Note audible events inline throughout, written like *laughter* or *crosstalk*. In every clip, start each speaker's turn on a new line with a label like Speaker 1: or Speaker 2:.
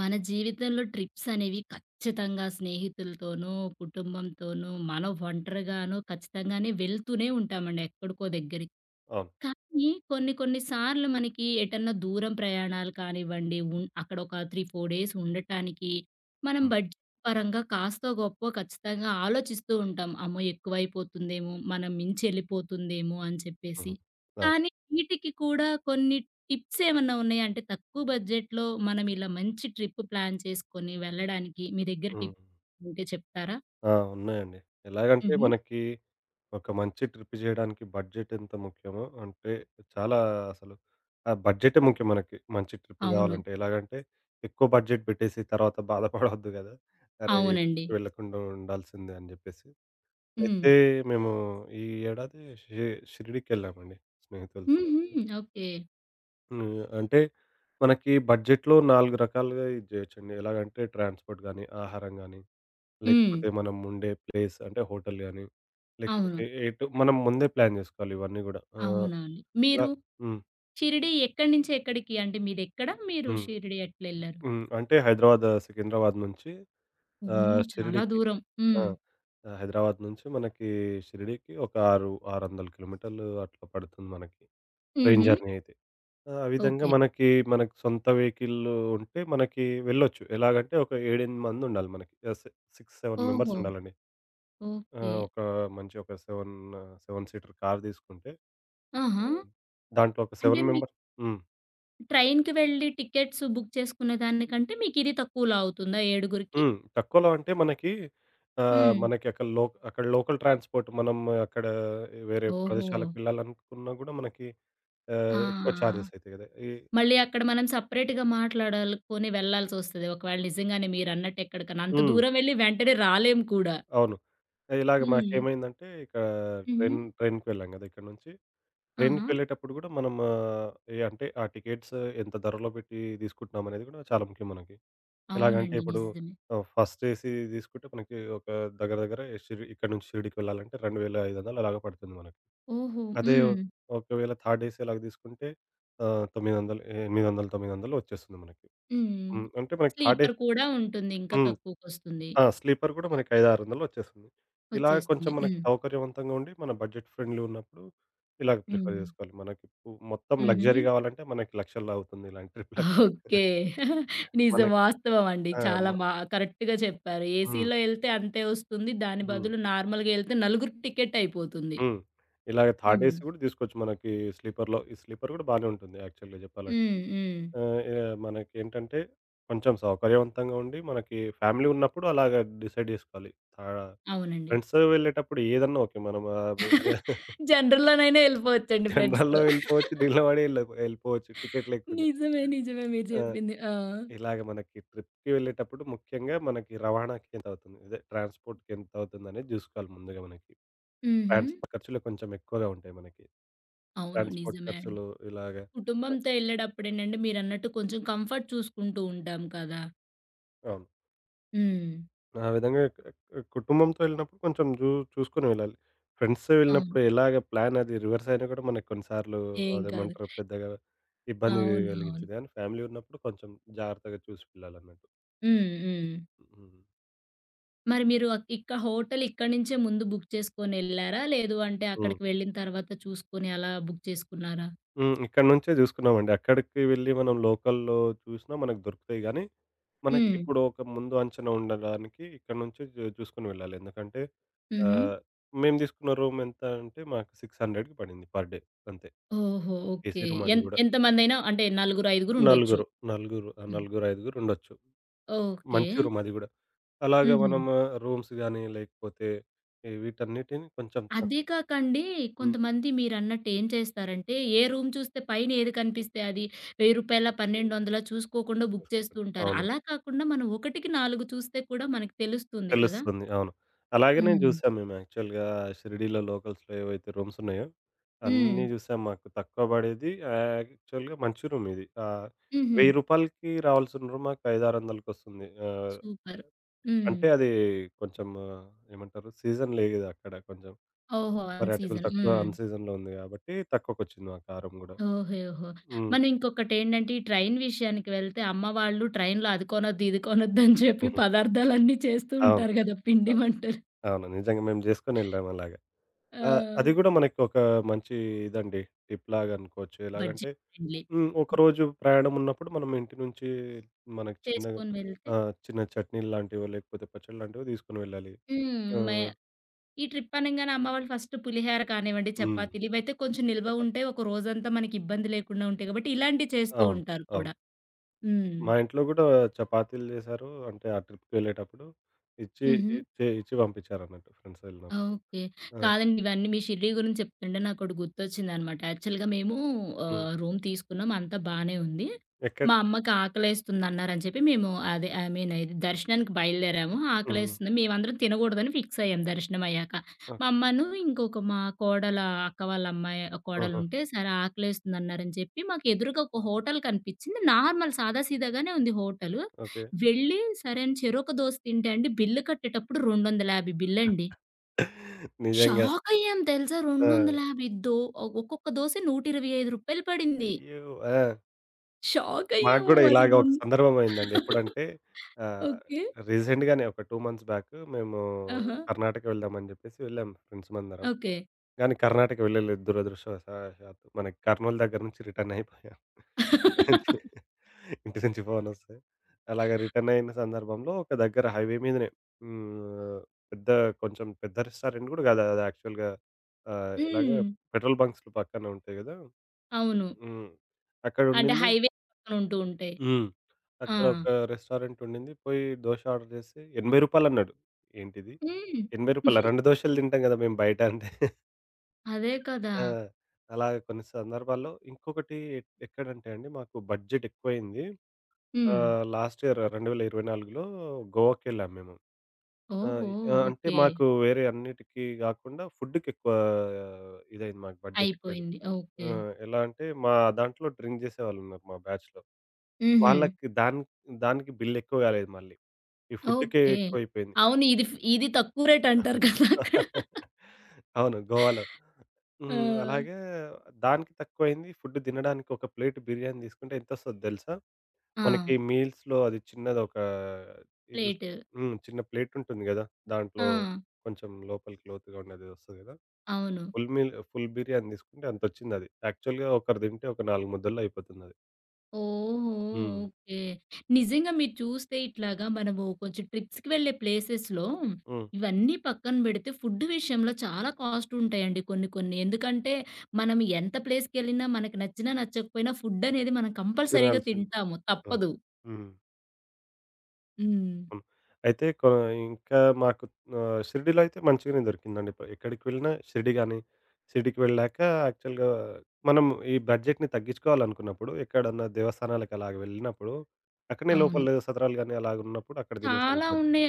Speaker 1: మన జీవితంలో ట్రిప్స్ అనేవి ఖచ్చితంగా స్నేహితులతోనూ, కుటుంబంతోనూ, మనం ఒంటరిగానో ఖచ్చితంగానే వెళ్తూనే ఉంటామండి ఎక్కడికో దగ్గరికి.
Speaker 2: అవును.
Speaker 1: కానీ కొన్ని కొన్ని సార్లు మనకి ఎటన్నా దూరం ప్రయాణాలు కానివ్వండి, అక్కడ ఒక 3, 4 డేస్ ఉండటానికి మనం
Speaker 2: హ్మ్.
Speaker 1: బడ్జెట్ పరంగా కాస్తో గొప్పో ఖచ్చితంగా ఆలోచిస్తూ ఉంటాం. అమ్మో! ఎక్కువైపోతుందేమో, మనం మించి ఎళ్ళిపోతుందేమో అని చెప్పేసి.
Speaker 2: హుహు. అవును.
Speaker 1: కానీ వీటికి కూడా కొన్ని టిప్స్ ఏమన్నా ఉన్నాయా? అంటే తక్కువ బడ్జెట్‌లో మనం ఇలా మంచి ట్రిప్ ప్లాన్ చేసుకొని వెళ్ళడానికి మీ దగ్గర
Speaker 2: హ్మ్.
Speaker 1: టిప్స్ ఉంటే చెప్తారా?
Speaker 2: ఆ! ఉన్నాయండి. ఎలాగంటే
Speaker 1: హుహు.
Speaker 2: మనకి ఒక మంచి ట్రిప్ జేయడానికి బడ్జెట్ ఎంత ముఖ్యమో అంటే చాలా అసలు ఆ బడ్జెటే ముఖ్యం మనకి. మంచి ట్రిప్
Speaker 1: అవును.
Speaker 2: గావాలంటే. ఎలాగంటే ఎక్కువ బడ్జెట్ బెట్టేసి తర్వాత బాధపడొద్దు గదా! అరే! ఈ
Speaker 1: అవునండి.
Speaker 2: ట్రిప్ వెళ్ళకుండా ఉండాల్సిందే అని జెప్పేసి.
Speaker 1: హ్మ్.
Speaker 2: అయితే మేము ఈ ఏడాది షిరిడీకెళ్ళామండి స్నేహితులతో
Speaker 1: హుహు.
Speaker 2: కలిసి.
Speaker 1: ఓకే.
Speaker 2: హ్మ్. అంటే మనకి బడ్జెట్‌లో 4 రకాలుగా ఇది జేయొచ్చండి. ఎలాగంటే ట్రాన్స్‌పోర్ట్ గానీ, ఆహారం గానీ,
Speaker 1: హ్మ్.
Speaker 2: లేకపోతే మనం ఉండే ప్లేస్ అంటే హోటల్ గాని,
Speaker 1: అవును.
Speaker 2: లేకపోతే ఎటు మనం ముందే ప్లాన్ జేసుకోవాలి ఇవన్నీ గూడా. ఆహ్,
Speaker 1: అవునా అండి.
Speaker 2: ఇలా
Speaker 1: మీరు
Speaker 2: హ్మ్.
Speaker 1: షిరిడీ ఎక్కడి నుంచి ఎక్కడికి? అంటే మీదెక్కడ? మీరు
Speaker 2: హ్మ్.
Speaker 1: షిరిడీ ఎట్లెళ్లారు?
Speaker 2: హ్మ్. అంటే హైదరాబాద్, సికింద్రాబాద్ నుంచి
Speaker 1: అమ్మో! చాలా
Speaker 2: షిరిడీకి.
Speaker 1: దూరం.
Speaker 2: ఆ!
Speaker 1: హ్మ్.
Speaker 2: హైదరాబాద్ నుంచి మనకి షిరిడీకి ఒక 6, 600 కిలోమీటర్లు అట్లా పడుతుంది మనకి. ట్రైన్
Speaker 1: హుహు.
Speaker 2: జర్నీ అయితే. ఆ! ఆ విధంగా
Speaker 1: ఓకే.
Speaker 2: మనకి, మనకి సొంత వెహికల్ ఉంటే మనకి వెళ్ళొచ్చు. ఎలాగంటే ఒక 7, 8 మంది ఉండాలి మనకి. ఆహ్, సి 6, 7 మెంబర్స్
Speaker 1: ఓహో!
Speaker 2: ఉండాలండి. ఆ!
Speaker 1: ఓకే.
Speaker 2: ఒక మంచి, ఒక 7, 7 సీటర్ కార్ తీసుకుంటే
Speaker 1: ఆహా!
Speaker 2: అవును. దాంట్లో ఒక
Speaker 1: అంటే
Speaker 2: 7
Speaker 1: మీకు
Speaker 2: మెంబర్. హ్మ్.
Speaker 1: ట్రైన్‌కి వెళ్లి టికెట్స్ బుక్ చేసుకునే దానికంటే మీకిది తక్కువలో అవుతుందా ఏడుగురికి?
Speaker 2: హ్మ్. తక్కువలో అంటే మనకి, ఆహ్,
Speaker 1: హ్మ్.
Speaker 2: మనకి అక్కడ లో అక్కడ లోకల్ ట్రాన్స్‌పోర్ట్ మనం అక్కడ వేరే
Speaker 1: ఓహో!
Speaker 2: ప్రదేశాలకు వెళ్ళాలనుకున్నా గూడా మనకి ఎక్కువ
Speaker 1: ఆ!
Speaker 2: చార్జెస్ అయితాయి గదా! ఈ,
Speaker 1: మళ్ళీ అక్కడ మనం సెపరేట్‌గా మాట్లాడాలుకొని వెళ్ళాల్సొస్తది. ఒకవేళ నిజంగానే మీరన్నట్టు ఎక్కడికన్నా. అంత
Speaker 2: హ్మ్.
Speaker 1: దూరం వెళ్లి వెంటనే రాలేము కూడా.
Speaker 2: అవును. ఇలాగ
Speaker 1: హ్మ్.
Speaker 2: మాకేమైందంటే ఇక
Speaker 1: హుహు.
Speaker 2: ట్రైన్‌కి వెళ్ళాం గదా! ఇక్కడి నుంచి.
Speaker 1: ఆహా!
Speaker 2: ట్రైన్‌కి వెళ్ళేటప్పుడు గూడా మనం ఆహ్, ఏ అంటే ఆ టికెట్స్ ఎంత ధరలో పెట్టి తీసుకుంటున్నాం అనేది గూడా చాలా ముఖ్యం మనకి. ఎలాగంటే
Speaker 1: అవునండి.
Speaker 2: ఇప్పుడు
Speaker 1: నిజమే.
Speaker 2: ఫస్ట్ ఏసీ తీసుకుంటే మనకి ఒక దగ్గర దగ్గర షిరిడి, ఇక్కడ నుంచి షిరిడికి వెళ్ళాలంటే 2500 అలాగ పడుతుంది మనకి.
Speaker 1: ఓహో!
Speaker 2: అదే
Speaker 1: హ్మ్.
Speaker 2: ఒకవేళ థర్డ్ ఏసీ అలాగ తీసుకుంటే ఆహ్, 900 800, 900 వచ్చేస్తుంది మనకి.
Speaker 1: హ్మ్.
Speaker 2: హ్మ్. అంటే మనకి థర్డ్
Speaker 1: స్లీపర్
Speaker 2: ఏసీ.
Speaker 1: కూడా ఉంటుంది. ఇంకా
Speaker 2: హ్మ్.
Speaker 1: తక్కువకొస్తుంది.
Speaker 2: ఆ! స్లీపర్ కూడా మనకి 500, 600 వచ్చేస్తుంది. ఇలా
Speaker 1: వచ్చేస్తుంది.
Speaker 2: కొంచెం మనకి
Speaker 1: హ్మ్.
Speaker 2: సౌకర్యవంతంగా ఉండి మన బడ్జెట్ ఫ్రెండ్లీ ఉన్నప్పుడు ఇలాగ ప్రిఫర్
Speaker 1: హ్మ్.
Speaker 2: చేసుకోవాలి. మనకి పు మొత్తం
Speaker 1: హుహు.
Speaker 2: లగ్జరీ కావాలంటే మనకి లక్షల్లో అవుతుంది ఇలాంటి ట్రిప్‌లకి. *laughs*
Speaker 1: ఓకే. నిజం.
Speaker 2: మనకి
Speaker 1: వాస్తవం అండి.
Speaker 2: ఆ!
Speaker 1: చాలా
Speaker 2: మ,
Speaker 1: బా కరెక్ట్‌గా చెప్పారు.
Speaker 2: హ్మ్.
Speaker 1: ఏసీలో ఎళ్తే అంతే వస్తుంది. దాని
Speaker 2: హ్మ్.
Speaker 1: బదులు నార్మల్‌గా ఎళ్తే నలుగురు టికెట్ అయిపోతుంది.
Speaker 2: హ్మ్. ఇలాగ థర్డ్
Speaker 1: హ్మ్.
Speaker 2: ఏసీ గూడా తీసుకోవచ్చు మనకి స్లీపర్‌లో. ఈ స్లీపర్ గూడా బానే ఉంటుంది యాక్చువల్‌గా జెప్పాలంటే.
Speaker 1: హ్మ్. హ్మ్.
Speaker 2: ఆహ్, ఎ మనకేంటంటే కొంచెం సౌకర్యవంతంగా ఉండి, మనకి ఫ్యామిలీ ఉన్నప్పుడు అలాగా డిసైడ్ జేసుకోవాలి. ఆహ్,
Speaker 1: అవునండి.
Speaker 2: ఫ్రెండ్స్‌తో వెళ్ళేటప్పుడు ఏదన్నా ఓకే. మనం
Speaker 1: జనరల్‌లోనైనా ఎళ్ళిపోవచ్చండి ఫ్రెండ్స్‌తో.
Speaker 2: జనరల్‌లో వెళ్ళిపోవచ్చు,
Speaker 1: *laughs*
Speaker 2: డీ‌లో పడి ఎళ్ళిపోవచ్చు టికెట్ లేకుండా.
Speaker 1: నిజమే. నిజమే మీరు
Speaker 2: ఆ!
Speaker 1: చెప్పింది. ఆ!
Speaker 2: ఇలాగ మనకి ట్రిప్‌కి వెళ్ళేటప్పుడు ముఖ్యంగా మనకి రవాణాకి ఎంత అవుతుంది, అదే ట్రాన్స్‌పోర్ట్‌కి ఎంత అవుతుందనేది జూసుకోవాలి ముందుగా మనకి.
Speaker 1: హుహు.
Speaker 2: ట్రాన్స్‌పోర్ట్ ఖర్చులు కొంచెం ఎక్కువగా ఉంటాయి మనకి.
Speaker 1: అవును.
Speaker 2: ట్రాన్స్‌పోర్ట్
Speaker 1: నిజమే అండి.
Speaker 2: ఖర్చులు ఇలాగ. అ!
Speaker 1: కుటుంబంతో ఎళ్ళేటప్పుడేంటంటే మీరన్నట్టు కొంచెం కంఫర్ట్ చూసుకుంటూ ఉంటాం కదా!
Speaker 2: అవును.
Speaker 1: హ్మ్.
Speaker 2: ఆ విధంగా క్ క్ కుటుంబంతో వెళ్ళినప్పుడు కొంచెం చూసుకొని వెళ్ళాలి. ఫ్రెండ్స్‌తో
Speaker 1: అవును.
Speaker 2: వెళ్ళినప్పుడు ఎలాగ ప్లాన్ అది రివర్స్ అయినా కూడా మనకు కొన్ని సార్లు
Speaker 1: ఏం కాదు.
Speaker 2: అదేమంటారు పెద్దగా ఇబ్బంది
Speaker 1: అవునవును.
Speaker 2: కలిగించదు. కానీ ఫ్యామిలీ ఉన్నప్పుడు కొంచెం జాగ్రత్తగా చూసి వెళ్ళాలన్నట్టు.
Speaker 1: హ్మ్. హ్మ్.
Speaker 2: హ్మ్.
Speaker 1: మరి మీరు అక్ ఇక్క హోటల్ ఇక్కడి నుంచే ముందు బుక్ చేసుకొనెళ్లారా? లేదు అంటే
Speaker 2: హ్మ్.
Speaker 1: అక్కడికి వెళ్ళిన తర్వాత చూసుకొని అలా బుక్ చేసుకున్నారా?
Speaker 2: హ్మ్. ఇక్కడి నుంచే చూసుకున్నామండి. అక్కడికి వెళ్ళి మనం లోకల్‌లో చూసినా మనకు దొరుకుతాయి గానీ
Speaker 1: హ్మ్.
Speaker 2: మనకిప్పుడు ఒక ముందు అంచనా ఉండడానికి ఇక్కడి నుంచే జూసుకొని వెళ్ళాలి. ఎందుకంటే
Speaker 1: హుహు.
Speaker 2: ఆహ్, మేము తీసుకున్న రూమ్ ఎంత అంటే మాకు 600కి పడింది పర్ డే. అంతే.
Speaker 1: ఓహో! ఓకే.
Speaker 2: ఏసీ రూమ్ అది గూడా.
Speaker 1: ఎంతమందైనా అంటే నలుగురు, ఐదుగురు ఉండొచ్చు.
Speaker 2: నలుగురు. నలుగురు, ఆ!
Speaker 1: హ్మ్.
Speaker 2: నలుగురు, ఐదుగురు ఉండొచ్చు.
Speaker 1: ఓకే.
Speaker 2: మంచి రూమ్ అది గూడా. అలాగే
Speaker 1: హుహు.
Speaker 2: మనం రూమ్స్ గాని లేకపోతే ఈ వీటన్నిటిని కొంచెం తక్,
Speaker 1: అదే కాకండి,
Speaker 2: హ్మ్.
Speaker 1: కొంతమంది మీరన్నట్టు ఏం చేస్తారంటే, ఏ రూమ్ చూస్తే పైన ఏది కనిపిస్తే అది రూ. 1000,
Speaker 2: హ్మ్.
Speaker 1: 1200 చూసుకోకుండా బుక్ చేస్తూ ఉంటారు.
Speaker 2: అవును.
Speaker 1: అలా కాకుండా మనం 1కి 4 చూస్తే కూడా మనకు తెలుస్తుంది కదా!
Speaker 2: తెలుస్తుంది. అవును. అలాగే నేను
Speaker 1: హ్మ్.
Speaker 2: జూసాం, మేము యాక్చువల్‌గా షిరిడీలో లోకల్స్‌లో ఏవైతే రూమ్స్ ఉన్నాయో,
Speaker 1: హ్మ్.
Speaker 2: అన్నీ జూసాం. మాకు తక్కువ బడేది యాక్చువల్‌గా మంచి రూమ్ ఇది.
Speaker 1: హుహు.
Speaker 2: రూ. 1000కి రావాల్సిన రూమ్ మాకు 500, 600కి.
Speaker 1: సూపర్. హ్మ్.
Speaker 2: అంటే అది కొంచెం ఏమంటారు, సీజన్ లేదు అక్కడ కొంచెం.
Speaker 1: ఓహో! వన్
Speaker 2: పర్యాటకులు
Speaker 1: సీజన్.
Speaker 2: తక్కువ
Speaker 1: హ్మ్.
Speaker 2: అన్ సీజన్‌లో ఉంది గాబట్టి తక్కువకొచ్చింది మాకు ఆ రూమ్ గూడా.
Speaker 1: ఓహో! ఓహో!
Speaker 2: హ్మ్.
Speaker 1: మనం ఇంకొకటేంటంటే, ఈ ట్రైన్ విషయానికి వెళ్తే అమ్మ వాళ్ళు ట్రైన్‌లో అది కొనొద్దు, ఇది కొనొద్దు అని చెప్పి
Speaker 2: హుహు.
Speaker 1: పదార్థాలన్నీ చేస్తూ
Speaker 2: అవును.
Speaker 1: ఉంటారు గదా! పిండి
Speaker 2: అవును.
Speaker 1: వంటలు.
Speaker 2: అవును. నిజంగా మేము జేసుకొనెళ్ళాం అలాగా.
Speaker 1: ఆ!
Speaker 2: ఆ! అది గూడా మనకి ఒక మంచి ఇదండి. టిప్‌లాగా అనుకోవచ్చు. ఎలాగంటే,
Speaker 1: బడ్జెట్ ఫ్రెండ్లీ.
Speaker 2: హ్మ్. ఒకరోజు ప్రయాణం ఉన్నప్పుడు మనం ఇంటి నుంచి మనకి చిన్నగా,
Speaker 1: చేసుకొని వెళ్తే
Speaker 2: ఆ! చిన్న చట్నీలు లాంటివో, లేకపోతే పచ్చళ్ళు లాంటివో తీసుకొని వెళ్ళాలి.
Speaker 1: హ్మ్.
Speaker 2: ఆ!
Speaker 1: ఈ ట్రిప్ అనంగానే అమ్మ వాళ్ళు ఫస్ట్ పులిహార కానివ్వండి,
Speaker 2: హ్మ్.
Speaker 1: చపాతీలు ఇవైతే కొంచెం నిల్వ
Speaker 2: చపాతీ.
Speaker 1: ఉంటే ఒక రోజంతా మనకి ఇబ్బంది లేకుండా ఉంటాయి కాబట్టి ఇలాంటివి చేస్తూ
Speaker 2: అవును.
Speaker 1: ఉంటారు
Speaker 2: అవును.
Speaker 1: కూడా. హ్మ్.
Speaker 2: మా ఇంట్లో గూడా చపాతీలు చేశారు. అంటే ఆ ట్రిప్‌కి వెళ్ళేటప్పుడు ఇచ్చి
Speaker 1: హుహు.
Speaker 2: ఇచ్చి ఇచ్చి పంపించారన్నట్టు ఫ్రెండ్స్ వెళ్ళినప్పుడు.
Speaker 1: ఓకే.
Speaker 2: ఆ!
Speaker 1: కాదండి ఇవన్నీ మీ షిరిడీ గురించి చెప్తుంటే నాకోటి గుర్తొచ్చిందనమాట. యాక్చువల్‌గా మేము
Speaker 2: హ్మ్.
Speaker 1: రూమ్ తీసుకున్నాం. అంతా బానే ఉంది.
Speaker 2: ఎక్కడ,
Speaker 1: మా అమ్మకి ఆకలేస్తుందన్నారని చెప్పి మేము అదే ఐ మీన్ ఇది దర్శనానికి బయలుదేరాము.
Speaker 2: హ్మ్.
Speaker 1: ఆకలేస్తుంది. మేమందరం తినగూడదని ఫిక్స్ అయ్యాం దర్శనం అయ్యాక.
Speaker 2: ఆ!
Speaker 1: మా అమ్మను ఇంకొక మా కోడల అక్క వాళ్ళ అమ్మాయి
Speaker 2: ఆహా!
Speaker 1: కోడలుంటే సరే ఆకలేస్తుందన్నారని చెప్పి మాకు ఎదురుగా ఒక హోటల్ కనిపించింది. నార్మల్ సాదా సీదాగానే ఉంది హోటలు.
Speaker 2: ఓకే.
Speaker 1: వెళ్ళి సరే అని చెరొక దోస తింటే అండి బిల్లు కట్టేటప్పుడు 250 బిల్లండి.
Speaker 2: నిజంగా.
Speaker 1: షాకయ్యాం తెలుసా!
Speaker 2: ఆ!
Speaker 1: 250 ఒక్కొక్క దోస రూ. 125 పడింది.
Speaker 2: అయ్యో! ఆ! మాకు
Speaker 1: షాకయ్యాము
Speaker 2: గూడా
Speaker 1: అసలు
Speaker 2: ఇలాగ
Speaker 1: రెం
Speaker 2: ఒక సందర్భం అయిందండి.
Speaker 1: *laughs*
Speaker 2: ఎప్పుడంటే ఆహ్,
Speaker 1: ఓకే.
Speaker 2: రీసెంట్‌గానే ఒక 2 మంత్స్ బ్యాక్ మేము
Speaker 1: ఆహా!
Speaker 2: కర్ణాటక వెళ్దామని జెప్పేసి వెళ్ళాం ఫ్రెండ్స్‌మందరం.
Speaker 1: ఓకే.
Speaker 2: కానీ కర్ణాటక వెళ్ళలేదు దురదృష్టవశాత్తు. మనకి కర్నూల్ దగ్గర నుంచి రిటర్న్ అయిపోయాం. ఇంటి నుంచి
Speaker 1: *laughs*
Speaker 2: ఇంటి నుంచి ఫోనొస్తే. అలాగ రిటర్న్ అయిన సందర్భంలో ఒక దగ్గర హైవే మీదనే, హ్మ్. పెద్ద, కొంచెం పెద్ద రెస్టారెంట్ గూడా గాదు. అది యాక్చువల్‌గా ఆహ్, ఇలాగ
Speaker 1: హ్మ్.
Speaker 2: పెట్రోల్ బంక్స్‌లు పక్కన ఉంటాయి గదా!
Speaker 1: అవును.
Speaker 2: హ్మ్.
Speaker 1: అంటే
Speaker 2: అక్కడుండింది,
Speaker 1: హైవే పక్కన ఉంటూ ఉంటాయి.
Speaker 2: హ్మ్.
Speaker 1: ఆ!
Speaker 2: అక్కడొక రెస్టారెంట్ ఉండింది. పోయి దోస ఆర్డర్ చేసి రూ. 80 అన్నాడు. ఏంటిది? రూ.
Speaker 1: హ్మ్.
Speaker 2: 80, 2 దోసలు తింటాం గదా! మేము బయట అంటే.
Speaker 1: అదే కదా!
Speaker 2: ఆ! అలా కొన్ని సందర్భాల్లో ఇంకొకటి ఎక్కడంటే అండి మాకు బడ్జెట్ ఎక్కువయింది.
Speaker 1: హ్మ్.
Speaker 2: లాస్ట్ ఇయర్ 2024లో గోవాకెళ్ళాం మేము. ఆ!
Speaker 1: ఓహో!
Speaker 2: ఆ! అంటే
Speaker 1: ఓకే.
Speaker 2: మాకు వేరే అన్నిటికి గాకుండా ఫుడ్‌కెక్కువ ఇదయింది, మాకు బడ్జెట్ ఎక్కువైంది.
Speaker 1: అయిపోయింది.
Speaker 2: ఆ!
Speaker 1: ఓకే.
Speaker 2: ఎలా అంటే మా దాంట్లో డ్రింక్ జేసేవాళ్ళున్నారు మా బ్యాచ్‌లో.
Speaker 1: హుహు.
Speaker 2: వాళ్ళకి దానికి బిల్ ఎక్కువ గాలేదు మళ్ళీ. ఈ ఫుడ్‌కే
Speaker 1: ఓకే.
Speaker 2: ఎక్కువైపోయింది.
Speaker 1: అవును. ఇది తక్కువ రేట్ అంటారు కదా! అక్కడ.
Speaker 2: అవును. గోవాలో.
Speaker 1: ఆ!
Speaker 2: హ్మ్. అలాగే దానికి తక్కువయింది. ఫుడ్ తినడానికి ఒక ప్లేట్ బిర్యానీ తీసుకుంటే ఎంతొస్తదో తెలుసా?
Speaker 1: ఆ!
Speaker 2: మనకి మీల్స్‌లో అది చిన్నదొక ఇది,
Speaker 1: ప్లేట్.
Speaker 2: హ్మ్. చిన్న ప్లేట్ ఉంటుంది గదా!
Speaker 1: ఆ!
Speaker 2: దాంట్లో కొంచెం లోపలికి లోతుగా ఉండేది వస్తది గదా!
Speaker 1: అవును.
Speaker 2: ఫుల్ మీల్ ఫుల్ బిర్యానీ తీసుకుంటే అంతొచ్చిందది. యాక్చువల్‌గా ఒకరు తింటే ఒక 4 ముద్దల్లో అయిపోతుందది.
Speaker 1: ఓహో!
Speaker 2: హ్మ్.
Speaker 1: ఓకే. నిజంగా మీరు చూస్తే ఇట్లాగా మనము కొంచెం ట్రిప్స్‌కి వెళ్ళే ప్లేసెస్‌లో
Speaker 2: హ్మ్.
Speaker 1: ఇవన్నీ పక్కన బెడితే ఫుడ్ విషయంలో చాలా కాస్ట్ ఉంటాయండి కొన్ని కొన్ని. ఎందుకంటే మనం ఎంత ప్లేస్‌కెళ్ళినా మనకి నచ్చినా నచ్చకపోయినా ఫుడ్ అనేది మనం కంపల్సరీగా
Speaker 2: తినాల్సింది.
Speaker 1: తింటాము.
Speaker 2: అవును.
Speaker 1: తప్పదు.
Speaker 2: హ్మ్.
Speaker 1: హ్మ్.
Speaker 2: హ్మ్. అయితే కొ, ఇంకా మాకు షిరిడీలో అయితే మంచిగానే దొరికిందండి. ఎక్కడికి వెళ్ళినా షిరిడీ గాని, షిరిడీకి వెళ్ళాక యాక్చువల్‌గా మనం ఈ బడ్జెట్‌ని తగ్గించుకోవాలనుకున్నప్పుడు ఎక్కడన్నా దేవస్థానాలకు అలాగ వెళ్ళినప్పుడు, పక్కనే
Speaker 1: అవును.
Speaker 2: లోపల సత్రాలు గాని అలాగున్నప్పుడు అక్కడ తినేసాను
Speaker 1: చాలా
Speaker 2: బడ్జెట్.
Speaker 1: ఉన్నాయి.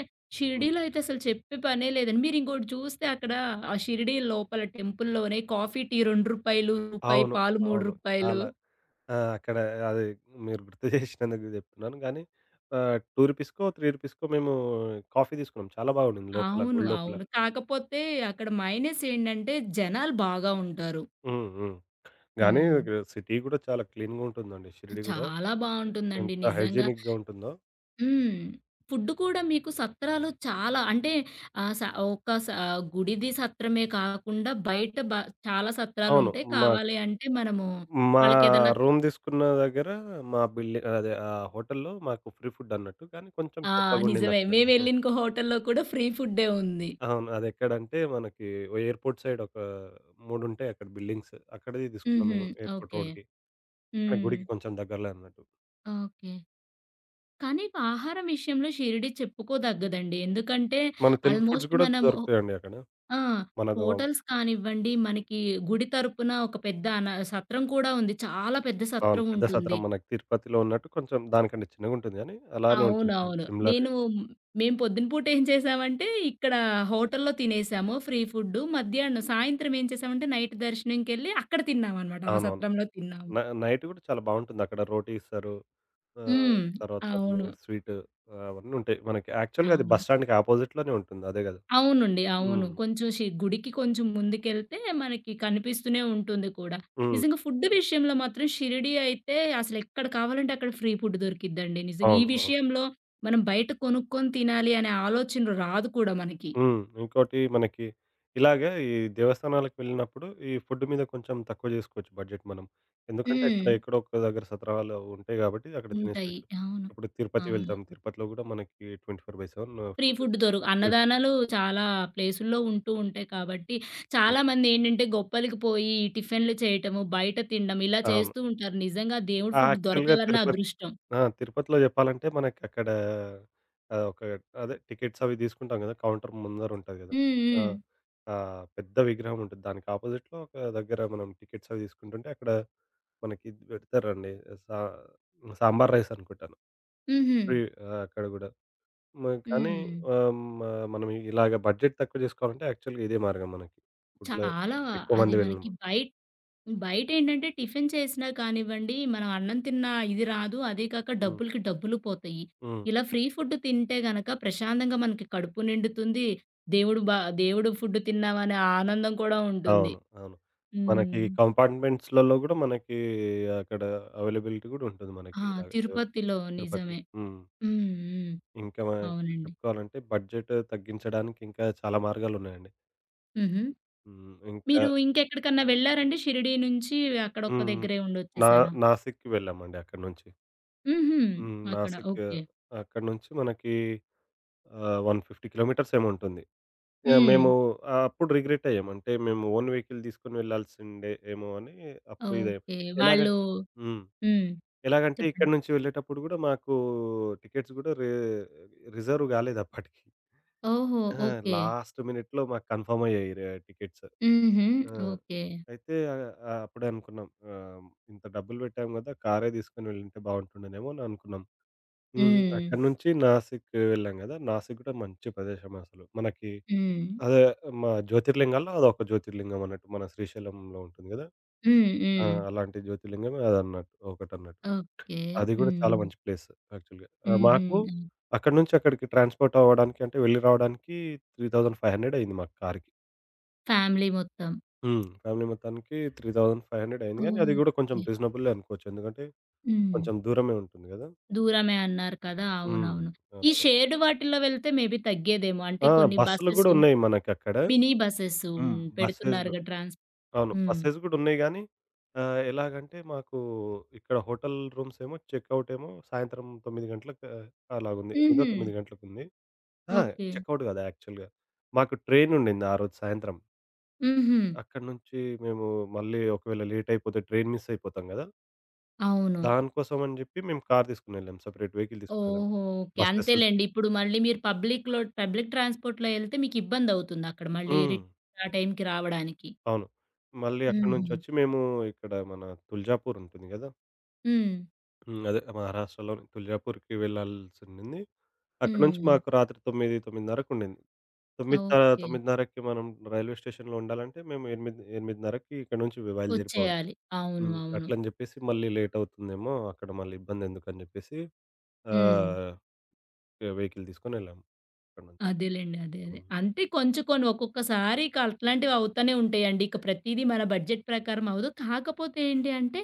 Speaker 2: హ్మ్.
Speaker 1: షిరిడీలో అయితే అసలు చెప్పే పనే లేదండి. మీరింకోటి చూస్తే అక్కడ ఆ షిరిడీ లోపల టెంపుల్‌లోనే కాఫీ, టీ రూ. 2 రూపాయలు రూపాయి,
Speaker 2: అవును.
Speaker 1: పాలు రూ.
Speaker 2: అవును.
Speaker 1: 3.
Speaker 2: చాలా. ఆ! అక్కడ అది, మీరు గుర్తు చేసినందుకు చెప్తున్నాను గానీ రూ. 2కో, రూ. 3కో మేము కాఫీ తీసుకున్నాం. చాలా బాగుండింది లోపల,
Speaker 1: అవును.
Speaker 2: గుడి లోపల.
Speaker 1: అవును. కాకపోతే అక్కడ మైనస్ ఏంటంటే జనాలు బాగా ఉంటారు.
Speaker 2: హ్మ్. హ్మ్. గానీ
Speaker 1: హ్మ్.
Speaker 2: ఇక్కడ సిటీ గూడా చాలా క్లీన్‌గా ఉంటుందండి. షిరిడి గూడా
Speaker 1: చాలా బావుంటుందండి
Speaker 2: ఎంత
Speaker 1: నిజంగా.
Speaker 2: హైజీనిక్‌గా ఉంటుందో.
Speaker 1: హ్మ్. ఫుడ్ కూడా మీకు సత్రాలు చాలా అంటే ఆహ్, స ఒక స ఆ, గుడిది సత్రమే కాకుండా బయట బ చాలా
Speaker 2: అవును.
Speaker 1: సత్రాలుంటాయి.
Speaker 2: మాకు
Speaker 1: కావాలి అంటే మనము
Speaker 2: మా
Speaker 1: వాళ్ళకేదన్నా
Speaker 2: రూమ్ తీసుకున్న దగ్గర మా బిల్డి, అదే ఆ హోటల్‌లో మాకు ఫ్రీ ఫుడ్ అన్నట్టు. కానీ కొంచెం
Speaker 1: ఆ!
Speaker 2: చప్పగుండింది
Speaker 1: నిజమే.
Speaker 2: అక్కడ.
Speaker 1: మేమెళ్ళిన ఇంకో హోటల్‌లో కూడా ఫ్రీ ఫుడ్డే ఉంది.
Speaker 2: అవును. అదెక్కడంటే మనకి ఎయిర్‌పోర్ట్ సైడ్ ఒక 3 ఉంటాయి అక్కడ బిల్డింగ్స్. అక్కడిది తీసుకున్నాం
Speaker 1: హుహు.
Speaker 2: మేము, ఎయిర్‌పోర్ట్
Speaker 1: ఓకే.
Speaker 2: రోడ్‌కి. అంటే
Speaker 1: హ్మ్.
Speaker 2: గుడికి కొంచెం దగ్గరలో అన్నట్టు.
Speaker 1: ఓకే. కానీ ఆహారం విషయంలో షిరిడి చెప్పుకోదగ్గదండి. ఎందుకంటే హ్మ్.
Speaker 2: మన తెలుగు ఫుడ్స్
Speaker 1: ఆల్మోస్ట్
Speaker 2: గూడా
Speaker 1: మనము
Speaker 2: దొరుకుతాయండి అక్కడ.
Speaker 1: ఆ!
Speaker 2: మనది
Speaker 1: హోటల్స్ కానివ్వండి, మనకి గుడి తరపున ఒక పెద్ద అన సత్రం కూడా ఉంది. చాలా పెద్ద
Speaker 2: అవును.
Speaker 1: సత్రం
Speaker 2: పెద్ద
Speaker 1: ఉంటుంది.
Speaker 2: సత్రం మనకి తిరుపతిలో ఉన్నట్టు కొంచెం దానికంటే చిన్నగుంటుంది గానీ అలానే ఉంటుంది
Speaker 1: అవునవును.
Speaker 2: సిమిలర్‌గా.
Speaker 1: నేను మేము పొద్దున పూట ఏం చేశామంటే ఇక్కడ హోటల్‌లో తినేసాము ఫ్రీ ఫుడ్డు. మధ్యాహ్నం సాయంత్రం ఏం చేశామంటే నైట్ దర్శనంకెళ్ళి అక్కడ తిన్నామనమాట. ఆ
Speaker 2: అవునవును.
Speaker 1: సత్రంలో తిన్నాము.
Speaker 2: నైట్ గూడా చాలా బావుంటుందక్కడ. రోటీ ఇస్తారు. ఆహ్,
Speaker 1: హ్మ్.
Speaker 2: తర్వాత
Speaker 1: అవును.
Speaker 2: స్వీటు అవన్నీ ఉంటాయి. మనకి యాక్చువల్‌గా అది
Speaker 1: అవును.
Speaker 2: బస్ స్టాండ్‌కి అపోజిట్‌లోనే ఉంటుంది. అదే గదా!
Speaker 1: అవునండి. అవును.
Speaker 2: హ్మ్.
Speaker 1: కొంచెం షి గుడికి కొంచెం ముందుకెళ్తే మనకి కనిపిస్తూనే ఉంటుంది కూడా.
Speaker 2: హ్మ్.
Speaker 1: నిజంగా ఫుడ్ విషయంలో మాత్రం షిరిడీ అయితే అసలెక్కడ కావాలంటే అక్కడ ఫ్రీ ఫుడ్ దొరికిద్దండి. నిజంగా ఈ
Speaker 2: అవును. అవును.
Speaker 1: విషయంలో మనం బయట కొనుక్కొని తినాలి అనే ఆలోచన రాదు కూడా మనకి.
Speaker 2: హ్మ్. ఇంకోటి మనకి ఇలాగే ఈ దేవస్థానాలకు వెళ్ళినప్పుడు ఈ ఫుడ్ మీద కొంచెం తక్కువ జేసుకోవచ్చు బడ్జెట్ మనం. ఎందుకంటే
Speaker 1: హ్మ్.
Speaker 2: అక్కడ ఎక్కడో ఒక్క దగ్గర సత్రాలు ఉంటాయి గాబట్టి అక్కడ
Speaker 1: ఉంటాయి.
Speaker 2: తినేసేయొచ్చు.
Speaker 1: అవును.
Speaker 2: ఇప్పుడు తిరుపతి
Speaker 1: అవును.
Speaker 2: వెళ్తాం. తిరుపతిలో గూడా మనకి 24/7
Speaker 1: ఫ్రీ
Speaker 2: ఫుడ్.
Speaker 1: ఫుడ్ దొరు అన్నదానాలు చాలా ప్లేసుల్లో ఉంటూ ఉంటాయి కాబట్టి, చాలామంది ఏంటంటే గొప్పలకి పోయి టిఫిన్‌లు చేయటము, బయట తినడం ఇలా
Speaker 2: అవును.
Speaker 1: చేస్తూ ఉంటారు. నిజంగా దేవుడి ఫుడ్
Speaker 2: యాక్చువల్‌గా
Speaker 1: దొరకాలన్న
Speaker 2: తిరుపతి,
Speaker 1: అదృష్టం.
Speaker 2: ఆ! తిరుపతిలో జెప్పాలంటే మనకక్కడ ఒక అదే టికెట్స్ అవి తీసుకుంటాం గదా! కౌంటర్ ముందరుంటది గదా!
Speaker 1: హ్మ్.
Speaker 2: ఆ!
Speaker 1: హ్మ్.
Speaker 2: ఆ! పెద్ద విగ్రహం ఉంటది. దానికి అపోజిట్‌లో ఒక దగ్గర మనం టికెట్స్ అవి తీసుకుంటుంటే అక్కడ మనకి ఇది పెడతారండి. సా సాంబార్ రైస్ అనుకుంటాను.
Speaker 1: హుహు.
Speaker 2: ఫ్రీ, అక్కడ గూడా. మ, కానీ
Speaker 1: హ్మ్.
Speaker 2: ఆహ్, మ మనం ఇలాగ బడ్జెట్ తక్కువ జేసుకోవాలంటే యాక్చువల్‌గా ఇదే మార్గం మనకి. ఫుడ్‌లో
Speaker 1: చాలా
Speaker 2: ఎక్కువ
Speaker 1: అది
Speaker 2: మంది
Speaker 1: మనకి
Speaker 2: వెళ్ళినప్పుడు.
Speaker 1: బయట బయటేంటంటే టిఫిన్ చేసినా కానివ్వండి, మనం అన్నం తిన్నా ఇది రాదు. అదే కాక
Speaker 2: హ్మ్.
Speaker 1: డబ్బులకి డబ్బులు పోతాయి.
Speaker 2: హ్మ్.
Speaker 1: ఇలా ఫ్రీ ఫుడ్ తింటే గనక ప్రశాంతంగా మనకి కడుపు నిండుతుంది. దేవుడు బా దేవుడు ఫుడ్ తిన్నామనే ఆనందం కూడా ఉంటుంది.
Speaker 2: అవును. అవును. మనకి
Speaker 1: హ్మ్.
Speaker 2: కంపార్ట్‌మెంట్స్‌లలో గూడా మనకి అక్కడ అవైలబిలిటీ గూడా ఉంటుంది
Speaker 1: ఆ!
Speaker 2: మనకి ఇలాగ డెవల్,
Speaker 1: తిరుపతిలో
Speaker 2: తిరుపతిలో.
Speaker 1: నిజమే.
Speaker 2: హ్మ్.
Speaker 1: హ్మ్. హ్మ్.
Speaker 2: ఇంకా మనం
Speaker 1: అవునండి.
Speaker 2: చెప్పుకోవాలంటే బడ్జెట్ తగ్గించడానికి ఇంకా చాలా మార్గాలున్నాయండి.
Speaker 1: హుహు.
Speaker 2: హ్మ్. ఇంకా,
Speaker 1: మీరు ఇంకెక్కడికన్నా వెళ్లారండి? షిరిడీ నుంచి అక్కడ ఒక్క
Speaker 2: హ్మ్.
Speaker 1: దగ్గరే
Speaker 2: నా
Speaker 1: ఉండొచ్చేసారా?
Speaker 2: నాసిక్‌కి వెళ్ళామండి అక్కడి నుంచి.
Speaker 1: హుహు.
Speaker 2: హ్మ్.
Speaker 1: అక్కడ
Speaker 2: నాసిక్
Speaker 1: ఓకే.
Speaker 2: అక్కడి నుంచి మనకి 150 కిలోమీటర్స్ ఏమో ఉంటుంది. యాహ్!
Speaker 1: హ్మ్.
Speaker 2: మేము ఆ అప్పుడు రిగ్రెట్ అయ్యాం. అంటే మేము ఓన్ వెహికల్ తీసుకొని వెళ్ళాల్సిండే ఏమో అని అప్పుడు ఇదయ్యాం.
Speaker 1: ఓకే.
Speaker 2: ఎలాగం
Speaker 1: వాళ్ళు
Speaker 2: హ్మ్.
Speaker 1: హ్మ్.
Speaker 2: ఎలాగంటే ఇక్కడి
Speaker 1: చెప్పండి.
Speaker 2: నుంచి వెళ్ళేటప్పుడు గూడా మాకు టికెట్స్ గూడా రిజర్వ్ గాలేదు అప్పటికి.
Speaker 1: ఓహో!
Speaker 2: ఆ!
Speaker 1: ఓకే.
Speaker 2: లాస్ట్ మినిట్‌లో మాకు కన్ఫర్మ్ అయ్యాయి టికెట్స్.
Speaker 1: హుహు.
Speaker 2: ఆ!
Speaker 1: ఓకే.
Speaker 2: అయితే ఆహ్, ఆహ్, అప్పుడే అనుకున్నాం. ఇంత డబ్బులు పెట్టాం గదా! కారే తీసుకొని వెళ్ళుంటే బావుంటుండేనేమో అని అనుకున్నాం. హ్మ్.
Speaker 1: హ్మ్.
Speaker 2: అక్కడి నుంచి నాసిక్ వెళ్ళాం గదా! నాసిక్ గూడా మంచి ప్రదేశం అసలు. మనకి
Speaker 1: హ్మ్.
Speaker 2: అదే మా జ్యోతిర్లింగాల్లో అదొక జ్యోతిర్లింగం అన్నట్టు. మన శ్రీశైలంలో ఉంటుంది గదా!
Speaker 1: హ్మ్.
Speaker 2: ఆ!
Speaker 1: హ్మ్.
Speaker 2: అలాంటి జ్యోతిర్లింగమే అదన్నట్టు, ఒకటన్నట్టు.
Speaker 1: ఓకే.
Speaker 2: అది గూడా చాలా
Speaker 1: హ్మ్.
Speaker 2: మంచి ప్లేస్ యాక్చువల్‌గా.
Speaker 1: హుహు.
Speaker 2: మాకు అక్కడి నుంచి అక్కడికి ట్రాన్స్‌పోర్ట్ అవ్వడానికి అంటే వెళ్లి రావడానికి 3500 అయింది మాకు కార్‌కి.
Speaker 1: ఫ్యామిలీ మొత్తం.
Speaker 2: హ్మ్. ఫ్యామిలీ మొత్తానికి 3500 అయింది గానీ, అది గూడా కొంచెం
Speaker 1: ఓకే.
Speaker 2: రీజనబులే అనుకోవచ్చు. ఎందుకంటే
Speaker 1: హ్మ్.
Speaker 2: కొంచెం దూరమే ఉంటుంది గదా!
Speaker 1: దూరమే అన్నారు కదా!
Speaker 2: హ్మ్.
Speaker 1: అవునవును. ఈ
Speaker 2: అలాగా.
Speaker 1: షేర్డ్ వాటిల్లో వెళ్తే మేబీ తగ్గేదేమో. అంటే
Speaker 2: ఆ!
Speaker 1: కొన్ని
Speaker 2: బస్సులు
Speaker 1: బసెస్,
Speaker 2: గూడా ఉన్నాయి మనకక్కడ.
Speaker 1: మినీ బసెస్
Speaker 2: హ్మ్. బసెస్ గు
Speaker 1: పెడుతున్నారుగా ట్రాన్స్
Speaker 2: అవును.
Speaker 1: హ్మ్.
Speaker 2: బసెస్ గూడా ఉన్నాయి గానీ, ఎలాగంటే మాకు ఇక్కడ హోటల్ రూమ్స్ ఏమో, చెక్ ఔట్ ఏమో సాయంత్రం 9 గంటలకు అలాగుంది. ఎనిమిదో,
Speaker 1: హుహు.
Speaker 2: 9 గంటలకుంది. ఆ!
Speaker 1: ఓకే.
Speaker 2: చెకౌట్ గాదు యాక్చువల్‌గా. మాకు ట్రైన్ ఉండింది ఆ రోజు సాయంత్రం.
Speaker 1: హుహు.
Speaker 2: అక్కడి నుంచి మేము మళ్ళీ ఒకవేళ లేట్ అయిపోతే ట్రైన్ మిస్ అయిపోతాం గదా!
Speaker 1: అవును.
Speaker 2: దానికోసం అని జెప్పి మేము కార్ తీసుకొనెళ్ళాం. సెపరేట్ వెహికల్ తీసుకొనెళ్ళాం.
Speaker 1: ఓహో! ఓకే.
Speaker 2: బసెస్,
Speaker 1: అంతేలెండి. ఇప్పుడు మళ్ళీ మీరు పబ్లిక్ ట్రాన్స్‌పోర్ట్‌లో ఎళ్తే మీకు ఇబ్బందవుతుంది అక్కడ మళ్ళీ
Speaker 2: హ్మ్.
Speaker 1: రిటర్న్ ఆ టైంకి రావడానికి.
Speaker 2: అవును. మళ్ళీ అక్కడి
Speaker 1: హుహు.
Speaker 2: నుంచొచ్చి మేము ఇక్కడ మన తుల్జాపూర్ ఉంటుంది గదా!
Speaker 1: హ్మ్.
Speaker 2: హ్మ్. అదే మహారాష్ట్రలోని తుల్జాపూర్‌కి వెళ్ళాల్సుండింది. అక్కడి నుంచి
Speaker 1: హ్మ్.
Speaker 2: మాకు రాత్రి 9, 9:30కు ఉండింది. తొమ్మిది త
Speaker 1: ఓకే.
Speaker 2: 9:30కి మనం రైల్వే స్టేషన్‌లో ఉండాలంటే మేము 8, 8:30కి ఇక్కడి నుంచి బయలుదేరిపోవాలి.
Speaker 1: వచ్చేయాలి. అవును.
Speaker 2: హ్మ్.
Speaker 1: అవును.
Speaker 2: అట్లని జెప్పేసి మళ్ళీ లేటవుతుందేమో, అక్కడ మళ్ళీ ఇబ్బందెందుకని జెప్పేసి
Speaker 1: హ్మ్.
Speaker 2: ఆహ్, వెహికల్ తీసుకొనెళ్ళాము అక్కడి నుంచి.
Speaker 1: అదేలెండి. అదే. అదే.
Speaker 2: హ్మ్.
Speaker 1: అంటే కొంచెం కొన్ని ఒక్కొక్కసారి ఇక అట్లాంటివి అవుతానే ఉంటాయండి. ఇక ప్రతీదీ మన బడ్జెట్ ప్రకారం అవ్వదు. కాకపోతే ఏంటి అంటే,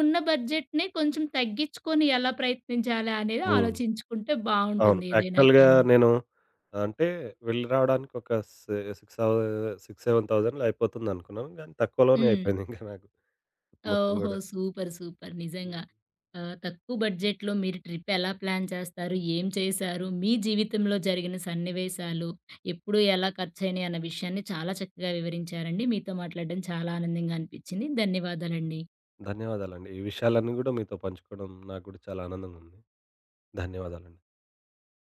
Speaker 1: ఉన్న బడ్జెట్‌నే కొంచెం తగ్గించుకొని ఎలా ప్రయత్నించాలా అనేది
Speaker 2: హ్మ్.
Speaker 1: ఆలోచించుకుంటే
Speaker 2: అవును.
Speaker 1: బావుంటుంది ఏదైనా
Speaker 2: యాక్చువల్‌గా
Speaker 1: కానీ.
Speaker 2: నేను అంటే వెళ్ళి రావడానికి ఒక సి సిక్స్ అవ 6, 7000 అయిపోతుందనుకున్నాను. కానీ తక్కువలోనే
Speaker 1: హ్మ్.
Speaker 2: అయిపోయిందింక నాకు మొత్తం
Speaker 1: ఓహో!
Speaker 2: గూడా.
Speaker 1: సూపర్. సూపర్. నిజంగా.
Speaker 2: హ్మ్.
Speaker 1: తక్కువ బడ్జెట్‌లో మీరు ట్రిప్ ఎలా ప్లాన్ చేస్తారు? ఏం చేశారు? మీ జీవితంలో జరిగిన సన్నివేశాలు, ఎప్పుడు ఎలా ఖర్చయినాయి అన్న విషయాన్ని చాలా చక్కగా వివరించారండి. మీతో మాట్లాడడం చాలా ఆనందంగా అనిపించింది. ధన్యవాదాలండి.
Speaker 2: ధన్యవాదాలండి. ఈ విషయాలన్నీ గూడా మీతో పంచుకోవడం నాకు గూడా చాలా ఆనందంగుంది. ధన్యవాదాలండి.